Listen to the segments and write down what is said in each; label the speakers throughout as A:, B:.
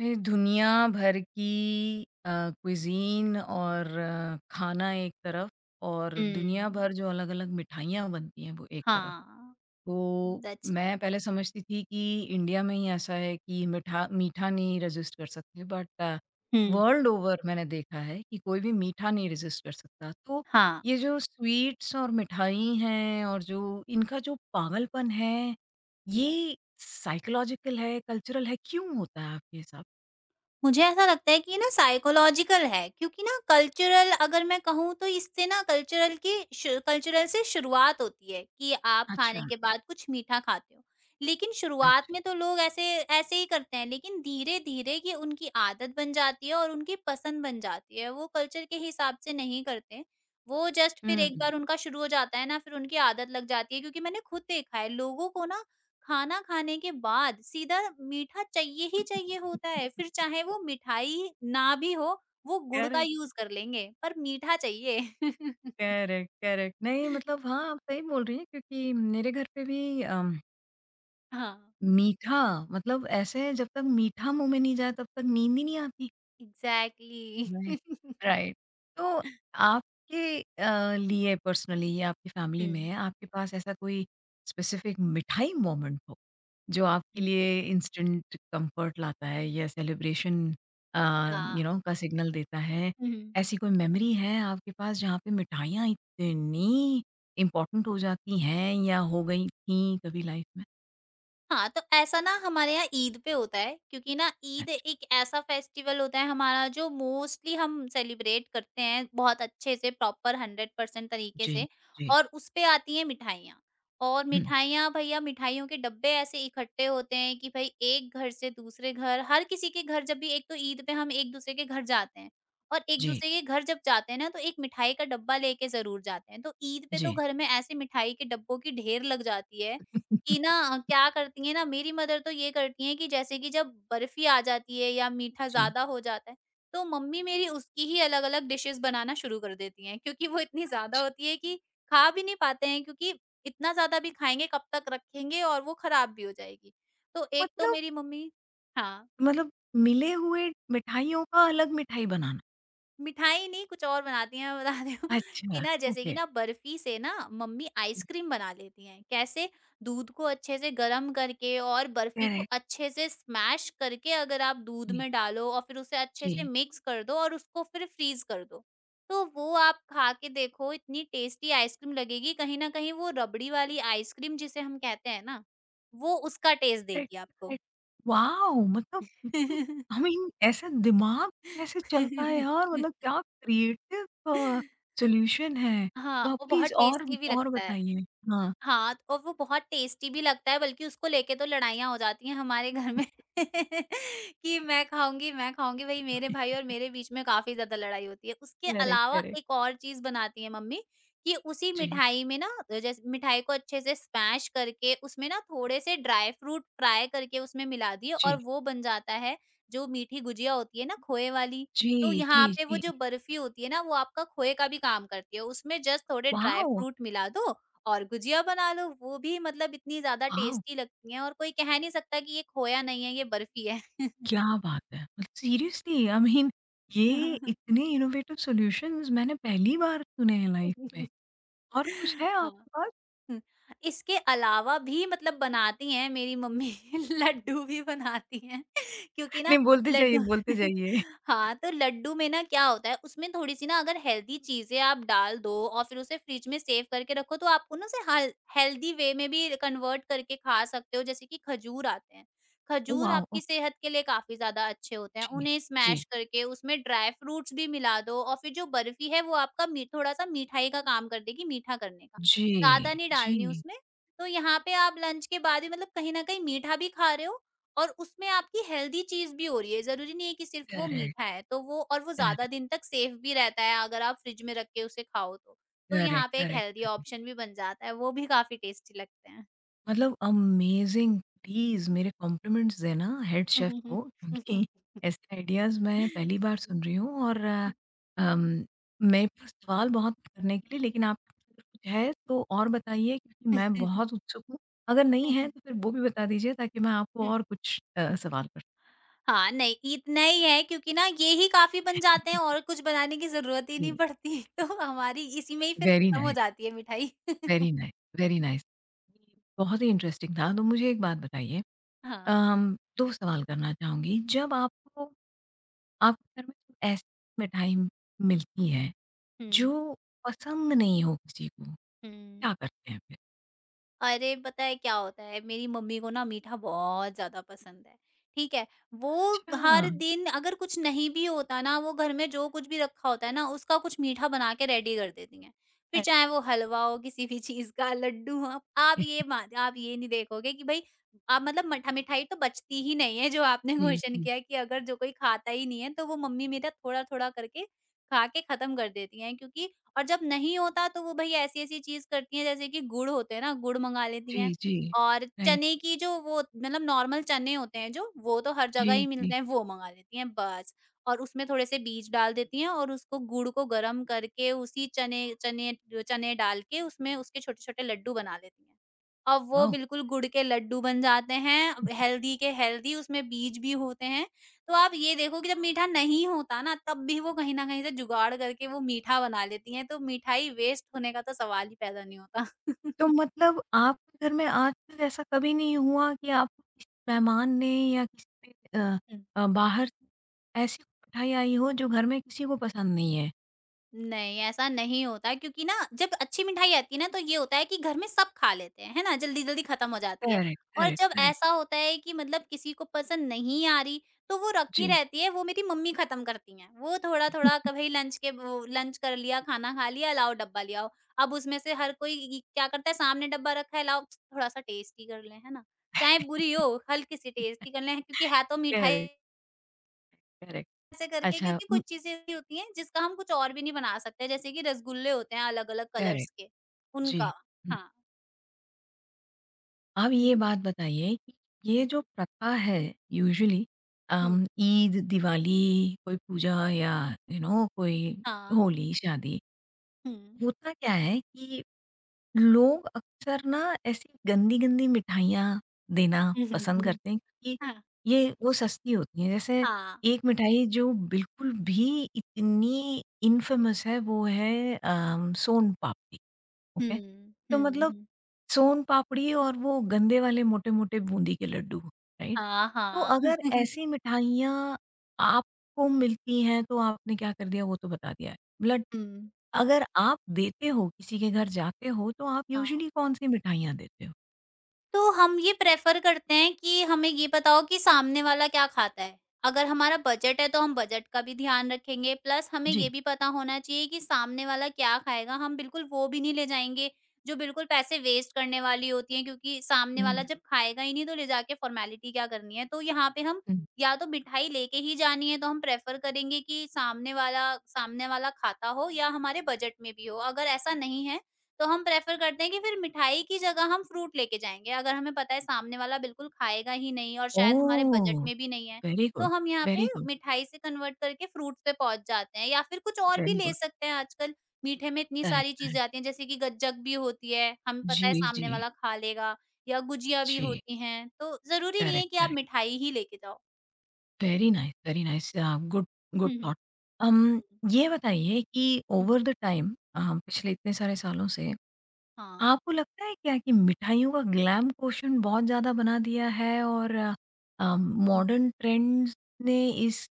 A: ये दुनिया भर की क्विज़ीन और खाना एक तरफ और दुनिया
B: हुँ।
A: भर जो अलग-अलग मिठाइयाँ बनती हैं वो एक तरफ।
B: हाँ।
A: तो
B: दैट्स।
A: मैं पहले समझती थी कि इंडिया में ही ऐसा है कि मिठा मीठा नहीं रेज़िस्ट कर सकते बट
B: हुँ।
A: वर्ल्ड ओवर मैंने देखा है कि कोई भी मीठा नहीं रेज़िस्ट कर सकता। तो
B: हाँ,
A: ये जो स्वीट्स और मिठाई हैं और जो इनका जो पागलपन है, ये साइकोलॉजिकल है, कल्चरल है, क्यों होता है आपके हिसाब से?
B: मुझे ऐसा लगता है कि ये ना साइकोलॉजिकल है क्योंकि ना कल्चरल अगर मैं कहूँ तो इससे ना कल्चरल की शु कल्चरल से शुरुआत होती है कि आप
A: अच्छा,
B: खाने के बाद कुछ मीठा खाते हो। लेकिन शुरुआत
A: अच्छा।
B: में तो लोग ऐसे ऐसे ही करते हैं, लेकिन धीरे-धीरे ये उनकी आदत बन जाती है और उनकी पसंद बन जाती है। वो कल्चर के हिसाब से नहीं करते। वो जस्ट फिर
A: हुँ।
B: एक बार उनका शुरू हो जाता है ना, फिर उनकी आदत लग जाती है, क्योंकि मैंने खुद देखा है लोगों को ना, खाना खाने के बाद सीधा मीठा चाहिए ही चाहिए होता है। फिर चाहे वो मिठाई ना भी हो, वो गुड़ का
A: करेक्ट,
B: यूज़ कर लेंगे, पर मीठा चाहिए।
A: Correct, correct. नहीं मतलब हाँ, आप सही बोल रही हैं क्योंकि मेरे घर पे भी
B: हाँ,
A: मीठा मतलब ऐसे है, जब तक मीठा मुँह में नहीं जाए तब तक नींद ही नहीं आती।
B: एग्ज़ैक्टली।
A: Right, right. तो आपके लिए पर्सनली या आपकी फैमिली
B: हुँ,
A: में आपके पास ऐसा कोई स्पेसिफिक मिठाई मोमेंट हो जो आपके
B: हुँ।
A: लिए इंस्टेंट कंफर्ट लाता है या सेलिब्रेशन
B: हाँ।
A: यू नो का सिग्नल देता है,
B: हुँ।
A: ऐसी कोई मेमोरी है आपके पास जहाँ पे मिठाइयाँ इतनी इम्पोर्टेंट हो जाती हैं या हो गई थी कभी लाइफ में?
B: हाँ, तो ऐसा ना हमारे यहाँ ईद पे होता है, क्योंकि ना ईद
A: अच्छा।
B: एक ऐसा फेस्टिवल होता है हमारा जो मोस्टली हम सेलिब्रेट करते हैं बहुत अच्छे से, प्रॉपर 100% तरीके
A: जी।
B: से,
A: जी।
B: और उस पे आती हैं मिठाइयाँ। और
A: हम्म,
B: मिठाइयाँ भैया, मिठाइयों के डब्बे ऐसे इकट्ठे होते हैं कि भाई, एक घर से दूसरे घर, हर किसी के घर जब भी, एक तो ईद पे हम एक-दूसरे के घर जाते हैं, और
A: जी।
B: एक-दूसरे के घर जब जाते हैं ना, तो एक मिठाई का डब्बा लेके ज़रूर जाते हैं। तो ईद पे तो
A: जी।
B: घर में ऐसे मिठाई के डब्बों की ढेर लग जाती है कि ना, क्या करती हैं ना मेरी मदर, तो ये करती हैं कि जैसे कि जब बर्फी आ जाती है या मीठा
A: जी।
B: ज़्यादा हो जाता है, तो मम्मी मेरी उसकी ही अलग-अलग डिशेज़ बनाना शुरू कर देती हैं, क्योंकि वो इतनी ज़्यादा
A: अच्छा।
B: होती है कि खा भी नहीं पाते हैं। क्योंकि इतना ज़्यादा भी खाएँगे कब तक, रखेंगे और वो खराब भी हो जाएगी। तो एक तो
A: मतलब
B: मेरी मम्मी, हाँ।
A: मतलब मिले हुए मिठाइयों का अलग मिठाई बनाना?
B: मिठाई नहीं, कुछ और बनाती हैं, मैं बता रही हूँ। कि
A: अच्छा।
B: ना, जैसे कि
A: ओके।
B: ना, बर्फी से ना मम्मी आइसक्रीम बना लेती हैं। कैसे, दूध को अच्छे से गर्म करके और बर्फी को
A: करेक्ट।
B: अच्छे से स्मैश करके, अगर आप दूध
A: जी,
B: में डालो और फिर उसे अच्छे से
A: जी।
B: मिक्स कर दो और उसको फिर फ्रीज कर दो, तो वो आप खा के देखो, इतनी टेस्टी आइसक्रीम लगेगी। कहीं ना कहीं वो रबड़ी वाली आइसक्रीम जिसे हम कहते हैं ना, वो उसका टेस्ट
A: राइट,
B: देगी आपको।
A: राइट। वॉव! मतलब इतनी आई मीन ऐसा दिमाग कैसे चलता है यार? मतलब क्या क्रिएटिव अ, सॉल्यूशन है।
B: हाँ,
A: वाह!
B: वो बहुत
A: प्लीज़ और
B: टेस्टी भी
A: और
B: लगता है।
A: बताइए। हाँ,
B: हाँ, और वो बहुत टेस्टी भी लगता है, बल्कि उसको लेके तो लड़ाइयाँ हो जाती हैं हमारे घर में। कि मैं खाऊँगी, मैं खाऊँगी, वही मेरे भाई और मेरे बीच में काफ़ी ज़्यादा लड़ाई होती है। उसके
A: करेक्ट,
B: अलावा
A: करेक्ट।
B: एक और चीज़ बनाती हैं मम्मी, कि उसी
A: जी।
B: मिठाई में ना, तो जैसे मिठाई को अच्छे से स्मैश करके, उसमें ना थोड़े से ड्राई फ्रूट फ्राई करके उसमें मिला दिए, और
A: जी,
B: वो बन जाता है जो मीठी गुजिया होती है ना, खोए वाली।
A: जी,
B: तो
A: जी,
B: यहाँ पे वो
A: जी, जी।
B: जो बर्फ़ी होती है ना, वो आपका खोए का भी काम करती है। उसमें जस्ट थोड़े ड्राई
A: वॉव!
B: फ्रूट मिला दो और गुजिया बना लो। वो भी, मतलब इतनी ज़्यादा
A: वॉव!
B: टेस्टी लगती हैं, और कोई कह नहीं सकता कि ये खोया नहीं है, ये बर्फी है।
A: क्या बात है! सीरियसली आई मीन ये इतने इनोवेटिव सॉल्यूशंस मैंने पहली बार सुने हैं लाइफ में। और कुछ है
B: हाँ।
A: आपके पास?
B: हुँ। इसके अलावा भी, मतलब, बनाती हैं मेरी मम्मी। लड्डू भी बनाती हैं। क्योंकि ना,
A: नहीं, बोलते जाइए,
B: लड्डू।
A: बोलते जाइए।
B: हाँ, तो लड्डू में ना क्या होता है, उसमें थोड़ी-सी ना अगर हेल्दी चीज़ें आप डाल दो, और फिर उसे फ्रिज में सेव करके रखो, तो आप उन्हें उसे हल हेल्दी वे में भी कन्वर्ट करके खा सकते हो, जैसे कि खजूर आते हैं। खजूर
A: वॉव! ओह
B: आपकी सेहत के लिए काफ़ी ज़्यादा अच्छे होते हैं।
A: जी,
B: उन्हें स्मैश
A: जी,
B: करके उसमें ड्राई फ्रूट्स भी मिला दो, और फिर जो बर्फी है वो आपका मी थोड़ा-सा मिठाई का काम कर देगी, मीठा करने का।
A: जी,
B: ज़्यादा नहीं डालनी
A: जी।
B: उसमें। तो यहाँ पे आप लंच के बाद भी, मतलब, कहीं न कहीं मीठा भी खा रहे हो, और उसमें आपकी हेल्दी चीज़ भी हो रही है। ज़रूरी नहीं है कि सिर्फ़ वो
A: करेक्ट,
B: मीठा है, तो वो, और वो ज़्यादा
A: करेक्ट,
B: दिन तक सेफ़ भी रहता है, अगर आप फ्रिज में रख के उसे खाओ तो। तो
A: करेक्ट,
B: यहाँ पे एक
A: करेक्ट,
B: हेल्दी
A: करेक्ट।
B: ऑप्शन भी बन जाता है, वो भी काफ़ी टेस्टी लगते हैं।
A: मतलब अमेजिंग! प्लीज़ मेरे कॉम्प्लीमेंट्स देना हेड शेफ़ को क्योंकि ऐसे आइडियाज़ मैं पहली बार सुन रही हूँ और अम, मेरे पास सवाल बहुत हैं करने के लिए लेकिन आप कुछ है तो और बताइए क्योंकि मैं बहुत उत्सुक हूँ। अगर नहीं है तो फिर वो भी बता दीजिए ताकि मैं आपको और कुछ सवाल कर
B: हाँ, नहीं, इतना ही है, क्योंकि ना ये ही काफ़ी बन जाते
A: सकूँ।
B: हैं और कुछ बनाने की ज़रूरत ही नहीं
A: जी,
B: पड़ती। तो हमारी इसी में ही फिर
A: वेरी
B: खत्म हो
A: नाइस,
B: जाती है मिठाई।
A: Very nice, very nice. ये बहुत ही इंटरेस्टिंग था। तो मुझे एक बात बताइए,
B: हाँ।
A: 2 सवाल करना चाहूँगी। जब आपको आपके घर में जब ऐसी मिठाई मिलती है
B: हुँ,
A: जो पसंद नहीं हो किसी को,
B: हुँ।
A: क्या करते हैं फिर?
B: अरे, पता है क्या होता है, मेरी मम्मी को ना मीठा बहुत ज़्यादा पसंद है, ठीक है? वो हर
A: अच्छा!
B: दिन, अगर कुछ नहीं भी होता ना, वो घर में जो कुछ भी रखा होता है ना, उसका कुछ मीठा बना के रेडी कर देती हैं। फिर
A: अरे!
B: चाहे वो हलवा हो, किसी भी चीज़ का, लड्डू हो, आप ये नहीं देखोगे कि भई, आप, मतलब, मठा मिठाई तो बचती ही नहीं है। जो आपने
A: जी,
B: क्वेश्चन
A: जी।
B: किया कि अगर जो कोई खाता ही नहीं है, तो वो मम्मी मेरा थोड़ा-थोड़ा करके खा के खत्म कर देती हैं। क्योंकि, और जब नहीं होता, तो वो भई ऐसी-ऐसी चीज़ करती हैं, जैसे कि गुड़ होते हैं ना, गुड़ मँगा लेती हैं।
A: जी, जी।
B: और
A: राइट।
B: चने की जो, वो मतलब नॉर्मल चने होते हैं जो, वो तो हर
A: जी,
B: जगह ही
A: जी।
B: मिलते हैं, वो मँगा लेती हैं बस। और उसमें थोड़े से बीज डाल देती हैं, और उसको, गुड़ को गरम करके, उसी चने चने चने डाल के, उसमें उसके छोटे-छोटे लड्डू बना लेती हैं। और वो
A: वाओ!
B: बिल्कुल गुड़ के लड्डू बन जाते हैं, हेल्दी के हेल्दी, उसमें बीज भी होते हैं। तो आप ये देखो कि जब मीठा नहीं होता ना, तब भी वो कहीं न कहीं से जुगाड़ करके वो मीठा बना लेती हैं। तो मिठाई वेस्ट होने का तो सवाल ही पैदा नहीं होता।
A: तो मतलब आपके घर में आज तक ऐसा कभी नहीं हुआ कि आपको किसी मेहमान ने या किसी पे, बाहर से ऐसी मिठाई आई हो जो घर में किसी को पसंद नहीं है?
B: नहीं, ऐसा नहीं होता, क्योंकि ना, जब अच्छी मिठाई आती है ना, तो ये होता है कि घर में सब खा लेते हैं, है ना? जल्दी-जल्दी खत्म हो जाती है।
A: करेक्ट,
B: और
A: करेक्ट,
B: जब
A: करेक्ट।
B: ऐसा होता है कि, मतलब, किसी को पसंद नहीं आ रही, तो वो रखी
A: जी।
B: रहती है, वो मेरी मम्मी खत्म करती हैं। वो थोड़ा-थोड़ा, कभी लंच के, वो लंच कर लिया, खाना खा लिया, लाओ डब्बा ले आओ। अब उसमें से हर कोई इ क्या करता है, सामने डब्बा रखा है, लाओ थोड़ा-सा टेस्ट ही कर लें, है ना? चाहे बुरी हो, हल्की-सी टेस्ट ही कर लें, क्योंकि है तो मिठाई।
A: Correct, correct.
B: ऐसे करके,
A: अच्छा
B: क्योंकि कुछ चीज़ें ऐसी होती हैं जिसका हम कुछ और भी नहीं बना सकते, जैसे कि रसगुल्ले होते हैं अलग-अलग कलर्स
A: करेक्ट।
B: के,
A: जी।
B: उनका।
A: हुँ।
B: हाँ।
A: अब ये
B: हुँ।
A: बात बताइए कि ये
B: हुँ,
A: जो प्रथा है यूजुअली
B: हुँ,
A: ईद, दिवाली, कोई पूजा या यू you नो कोई
B: हाँ,
A: होली, शादी,
B: हुँ।
A: होता क्या है कि लोग अक्सर ना ऐसी गंदी-गंदी मिठाइयाँ देना पसंद करते हैं क्योंकि
B: हाँ,
A: ये वो सस्ती होती हैं। जैसे
B: हाँ।
A: एक मिठाई जो बिल्कुल भी इतनी इन्फेमस है वो है सोन पापड़ी, ओके?
B: हुँ,
A: तो
B: हुँ,
A: मतलब
B: हुँ।
A: सोन पापड़ी और वो गंदे वाले मोटे-मोटे बूंदी के लड्डू, राइट?
B: हाँ,
A: तो
B: हाँ।
A: अगर ऐसी मिठाइयाँ आपको मिलती हैं, तो आपने क्या कर दिया वो तो बता दिया है। ब्लड
B: हुँ।
A: अगर आप देते हो, किसी के घर जाते हो, तो आप यूजुअली कौन-सी मिठाइयाँ देते हो?
B: तो हम ये प्रेफ़र करते हैं कि हमें ये बताओ कि सामने वाला क्या खाता है। अगर हमारा बजट है, तो हम बजट का भी ध्यान रखेंगे, प्लस हमें ये
A: जी।
B: भी पता होना चाहिए कि सामने वाला क्या खाएगा। हम बिल्कुल वो भी नहीं ले जाएँगे जो बिल्कुल पैसे वेस्ट करने वाली होती हैं, क्योंकि सामने वाला
A: हुँ,
B: जब खाएगा ही नहीं, तो ले जाके फ़ॉर्मेलिटी क्या करनी है। तो यहाँ पे हम,
A: हुँ।
B: या तो मिठाई लेके ही जानी है, तो हम प्रेफ़र करेंगे कि सामने वाला खाता हो या हमारे बजट में भी हो। अगर ऐसा नहीं है, तो हम प्रेफ़र करते हैं कि फिर मिठाई की जगह हम फ्रूट लेके जाएँगे। अगर हमें पता है सामने वाला बिल्कुल खाएगा ही नहीं और शायद हमारे बजट
A: ओह!
B: में भी नहीं है,
A: वेरी
B: तो
A: गुड,
B: हम यहाँ पे
A: वेरी गुड,
B: मिठाई से कन्वर्ट करके फ्रूट्स पे पहुँच जाते हैं, या फिर कुछ और भी
A: वेरी
B: ले
A: गुड।
B: सकते हैं आजकल। मीठे में इतनी
A: करेक्ट,
B: सारी चीज़ें
A: करेक्ट।
B: आती हैं, जैसे कि गज्जक भी होती है, हमें
A: जी,
B: पता है सामने
A: जी,
B: वाला खा लेगा, या गुजिया भी
A: जी।
B: होती हैं। तो ज़रूरी नहीं है
A: करेक्ट,
B: कि आप
A: करेक्ट।
B: मिठाई ही लेके जाओ।
A: वेरी नाइस गुड गुड
B: हुँ, हुँ।
A: थॉट। अम,
B: हुँ।
A: ये बताइए कि
B: हुँ,
A: ओवर द टाइम पिछले इतने सारे सालों से
B: हाँ।
A: आपको लगता है क्या कि मिठाइयों का ग्लैम क्वोशंट बहुत ज़्यादा बना दिया है और
B: हुँ।
A: मॉडर्न ट्रेंड्स ने इस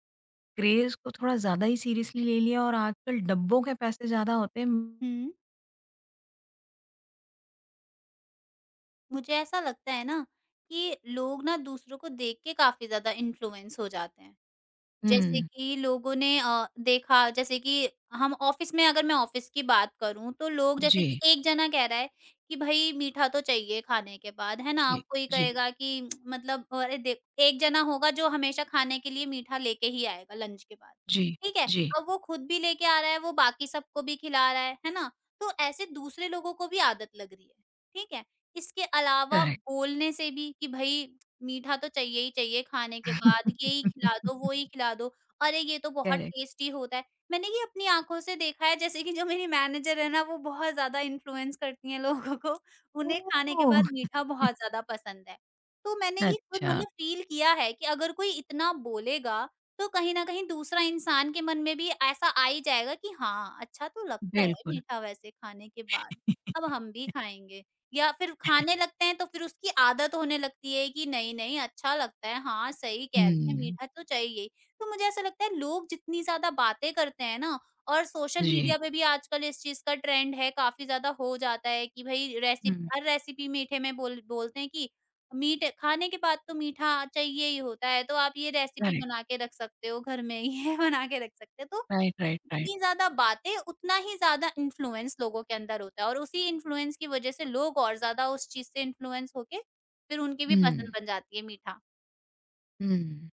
A: क्रेज़ को थोड़ा ज़्यादा ही सीरियसली ले लिया और आजकल डब्बों के पैसे ज़्यादा होते हैं।
B: हुँ। मुझे ऐसा लगता है ना कि लोग ना दूसरों को देख के काफ़ी ज़्यादा इन्फ्लुएंस हो जाते हैं। जैसे
A: हुँ,
B: कि लोगों ने देखा, जैसे कि हम ऑफिस में, अगर मैं ऑफिस की बात करूँ, तो लोग, जैसे कि
A: जी,
B: एक जना कह रहा है कि भई, मीठा तो चाहिए खाने के बाद, है ना?
A: जी,
B: कोई
A: जी,
B: कहेगा कि मतलब, अरे देख, एक जना होगा जो हमेशा खाने के लिए मीठा लेके ही आएगा लंच के बाद,
A: जी,
B: ठीक है?
A: जी,
B: अब वो खुद भी लेके आ रहा है, वो बाकी सबको भी खिला रहा है ना? तो ऐसे दूसरे लोगों को भी आदत लग रही है, ठीक है? इसके अलावा
A: करेक्ट,
B: बोलने से भी कि भई मीठा तो चाहिए ही चाहिए खाने के बाद, यही खिला दो, वो ही खिला दो, अरे ये तो बहुत
A: करेक्ट।
B: टेस्टी होता है। मैंने ये अपनी आँखों से देखा है, जैसे कि जो मेरी मैनेजर है ना, वो बहुत ज़्यादा इन्फ्लुएंस करती हैं लोगों को, उन्हें खाने के बाद
A: ओह!
B: मीठा बहुत ज़्यादा पसंद है। तो मैंने ये खुद
A: अच्छा,
B: मतलब फ़ील किया है कि अगर कोई इतना बोलेगा, तो कहीं न कहीं दूसरा इंसान के मन में भी ऐसा आ ही जाएगा कि हाँ, अच्छा तो लगता है
A: बिल्कुल।
B: मीठा वैसे खाने के बाद, अब हम भी खाएँगे। या फिर खाने लगते हैं तो फिर उसकी आदत होने लगती है कि नहीं-नहीं अच्छा लगता है, हाँ, सही कह रही है,
A: हुँ।
B: मीठा तो चाहिए ही। तो मुझे ऐसा लगता है, लोग जितनी ज़्यादा बातें करते हैं ना, और सोशल
A: जी।
B: मीडिया पे भी आजकल इस चीज़ का ट्रेंड है, काफ़ी ज़्यादा हो जाता है कि भई रेसिप
A: हुँ,
B: हर रेसिपी मीठे में बोलते हैं कि मीठ खाने के बाद तो मीठा चाहिए ही होता है, तो आप ये रेसिपी
A: करेक्ट।
B: बना के रख सकते हो घर में, ये बना के रख सकते हो। तो
A: राइट, राइट, राइट।
B: जितनी ज़्यादा बातें, उतना ही ज़्यादा इन्फ्लुएंस लोगों के अंदर होता है, और उसी इन्फ्लुएंस की वज़ह से लोग और ज़्यादा उस चीज़ से इन्फ्लुएंस होके फिर उनकी भी पसंद
A: हुँ,
B: बन जाती है मीठा।
A: हुँ।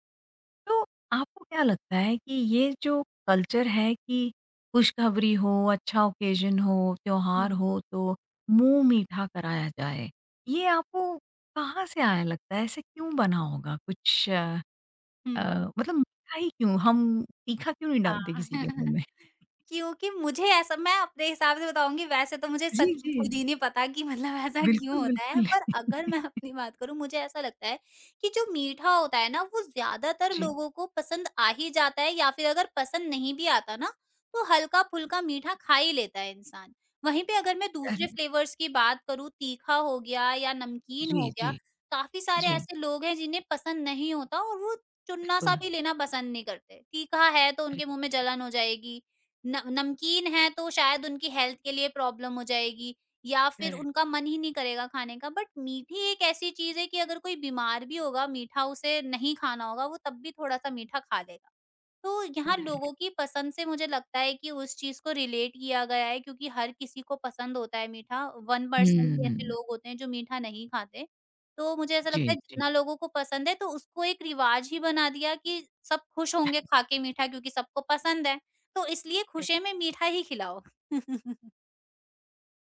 A: तो आपको क्या लगता है कि
B: हुँ।
A: ये जो कल्चर है कि खुशखबरी हो, अच्छा ओकेज़न हो, त्योहार
B: हुँ।
A: हो तो मुँह मीठा कराया जाए, ये आपको कहाँ से आया लगता है? ऐसे क्यों बना होगा? कुछ अ,
B: हुँ।
A: मतलब मीठा ही क्यों? हम तीखा क्यों नहीं
B: हाँ।
A: डालते किसी के मुँह में?
B: क्योंकि मुझे ऐसा मैं अपने हिसाब से बताऊँगी, वैसे तो मुझे
A: जी,
B: सच में
A: जी।
B: खुद ही नहीं पता कि मतलब ऐसा क्यों
A: बिल्कुल,
B: होता है?
A: बिल्कुल।
B: पर अगर मैं अपनी बात करूँ, मुझे ऐसा लगता है कि जो मीठा होता है ना, वो ज़्यादातर
A: जी,
B: लोगों को पसंद आ ही जाता है, या फिर अगर पसंद नहीं भी आता ना, तो हल्का-फुल्का मीठा खा ही लेता है इंसान। वहीं पे अगर मैं दूसरे
A: करेक्ट।
B: फ्लेवर्स की बात करूँ, तीखा हो गया या नमकीन
A: जी,
B: हो
A: जी,
B: गया, काफ़ी सारे
A: जी।
B: ऐसे लोग हैं जिन्हें पसंद नहीं होता, और वो चुन्ना-सा
A: बिल्कुल।
B: भी लेना पसंद नहीं करते। तीखा है तो उनके
A: करेक्ट,
B: मुँह में जलन हो जाएगी, न नमकीन है तो शायद उनकी हेल्थ के लिए प्रॉब्लम हो जाएगी, या फिर
A: करेक्ट,
B: उनका मन ही नहीं करेगा खाने का। बट मीठी एक ऐसी चीज़ है कि अगर कोई बीमार भी होगा, मीठा उसे नहीं खाना होगा, वो तब भी थोड़ा-सा मीठा खा लेगा। तो यहाँ
A: करेक्ट।
B: लोगों की पसंद से मुझे लगता है कि उस चीज़ को रिलेट किया गया है, क्योंकि हर किसी को पसंद होता है मीठा। 1% ही ऐसे
A: हुँ,
B: लोग होते हैं जो मीठा नहीं खाते। तो मुझे ऐसा लगता
A: जी,
B: है,
A: जी।
B: जितना लोगों को पसंद है, तो उसको एक रिवाज ही बना दिया कि सब खुश होंगे खा के मीठा, क्योंकि सबको पसंद है। तो इसलिए खुशे में मीठा ही खिलाओ।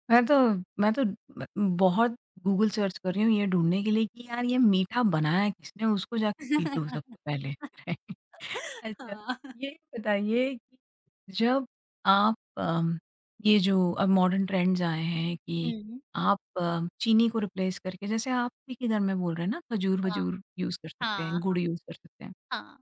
A: मैं तो मैं तो ब बहुत गूगल सर्च कर रही हूँ ये ढूँढने के लिए कि यार ये मीठा बनाया किसने उसको जाके पीटूँ सबसे पहले। अच्छा,
B: हाँ।
A: ये बताइए कि जब आप ये जो अब मॉडर्न ट्रेंड्स आए हैं कि
B: हुँ,
A: आप चीनी को रिप्लेस करके जैसे आप ही के घर में बोल रहे हैं ना
B: हाँ,
A: खजूर-वजूर यूज़ कर सकते हैं,
B: हाँ,
A: गुड़ यूज़ कर सकते हैं।
B: हाँ।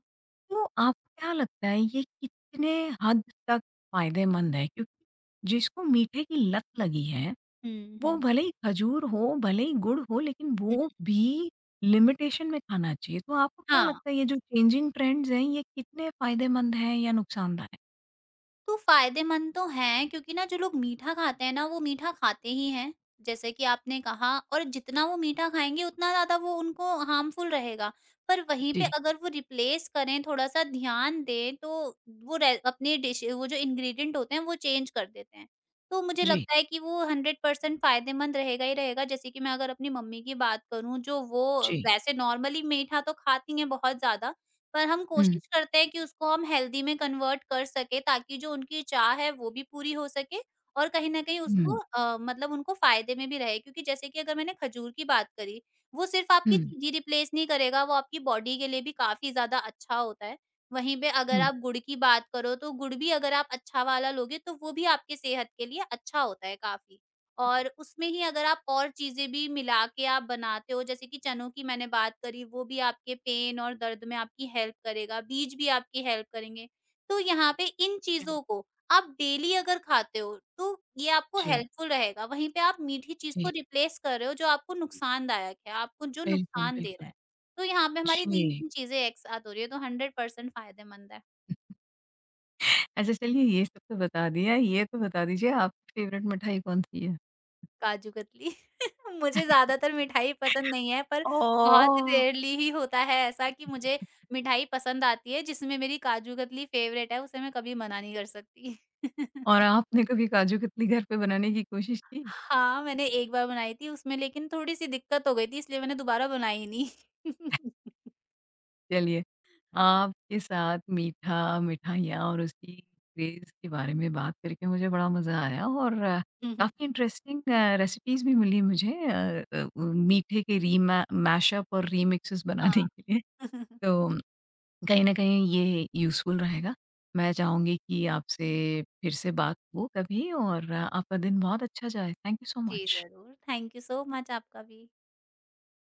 A: तो आपको क्या लगता है ये कितने हद तक फायदेमंद है? क्योंकि जिसको मीठे की लत लगी है,
B: हुँ,
A: वो
B: हुँ,
A: भले ही खजूर हो, भले ही गुड़ हो, लेकिन
B: हुँ,
A: वो भी लिमिटेशन में खाना चाहिए। तो आपको क्या
B: हाँ।
A: लगता है ये जो चेंजिंग ट्रेंड्स हैं, ये कितने फायदेमंद हैं या नुकसानदायक?
B: तो फायदेमंद तो हैं, क्योंकि ना जो लोग मीठा खाते हैं ना, वो मीठा खाते ही हैं, जैसे कि आपने कहा, और जितना वो मीठा खाएँगे उतना ज़्यादा वो उनको हार्मफुल रहेगा। पर वहीं पे
A: जी,
B: अगर वो रिप्लेस करें, थोड़ा-सा ध्यान दें, तो वो रे अपनी डिश, वो जो इंग्रीडिएंट होते हैं वो चेंज कर देते हैं। तो मुझे
A: जी,
B: लगता है कि वो 100% फायदेमंद रहेगा ही रहेगा। जैसे कि मैं अगर अपनी मम्मी की बात करूँ, जो वो
A: जी।
B: वैसे नॉर्मली मीठा तो खाती हैं बहुत ज़्यादा, पर हम
A: हुँ,
B: कोशिश करते हैं कि उसको हम हेल्दी में कन्वर्ट कर सकें, ताकि जो उनकी चाह है वो भी पूरी हो सके, और कहीं न कहीं
A: हुँ,
B: उसको मतलब उनको फ़ायदे में भी रहे। क्योंकि जैसे कि अगर मैंने खजूर की बात करी, वो सिर्फ़ आपकी
A: हुँ,
B: चीनी रिप्लेस नहीं करेगा, वो आपकी बॉडी के लिए भी काफ़ी ज़्यादा अच्छा होता है। वहीं पे अगर
A: हुँ।
B: आप गुड़ की बात करो, तो गुड़ भी अगर आप अच्छा वाला लोगे, तो वो भी आपके सेहत के लिए अच्छा होता है काफ़ी। और उसमें ही अगर आप और चीज़ें भी मिला के आप बनाते हो, जैसे कि चनों की मैंने बात करी, वो भी आपके पेन और दर्द में आपकी हेल्प करेगा, बीज भी आपकी हेल्प करेंगे। तो यहाँ पे इन चीज़ों को आप डेली अगर खाते हो, तो ये आपको
A: जी,
B: हेल्पफुल रहेगा। वहीं पे आप मीठी चीज़
A: जी।
B: को रिप्लेस कर रहे हो, जो आपको नुकसानदायक है, आपको जो
A: बिल्कुल,
B: नुकसान दे रहा
A: बिल्कुल।
B: है। तो यहाँ पे हमारी
A: जी।
B: 3-3 चीज़ें एक साथ हो रही है, तो 100% फ़ायदेमंद है।
A: अच्छा चलिए, ये सब तो बता दिया, ये तो बता दीजिए आपकी फ़ेवरेट मिठाई कौन-सी है?
B: काजू कतली। मुझे ज़्यादातर मिठाई पसंद नहीं है, पर बहुत
A: ओह!
B: रेयरली ही होता है ऐसा कि मुझे मिठाई पसंद आती है, जिसमें मेरी काजू कतली फ़ेवरेट है, उसे मैं कभी मना नहीं कर सकती।
A: और आपने कभी काजू कतली घर पे बनाने की कोशिश की?
B: हाँ, मैंने एक बार बनाई थी, उसमें लेकिन थोड़ी-सी दिक्कत हो गई थी, इसलिए मैंने दोबारा बनाई ही नहीं।
A: चलिए, आपके साथ मीठा, मिठाइयाँ और उसकी क्रेज़ के बारे में बात करके मुझे बड़ा मज़ा आया और काफ़ी इंटरेस्टिंग रेसिपीज़ भी मिली मुझे मीठे के रीमा मैशअप और रीमिक्सेस बनाने
B: हाँ।
A: के लिए। तो कहीं न कहीं ये यूज़फुल रहेगा। मैं चाहूँगी कि आपसे फिर से बात हो कभी और आपका दिन बहुत अच्छा जाए। थैंक यू सो
B: जी,
A: मच।
B: ज़रूर। थैंक यू सो मच आपका भी।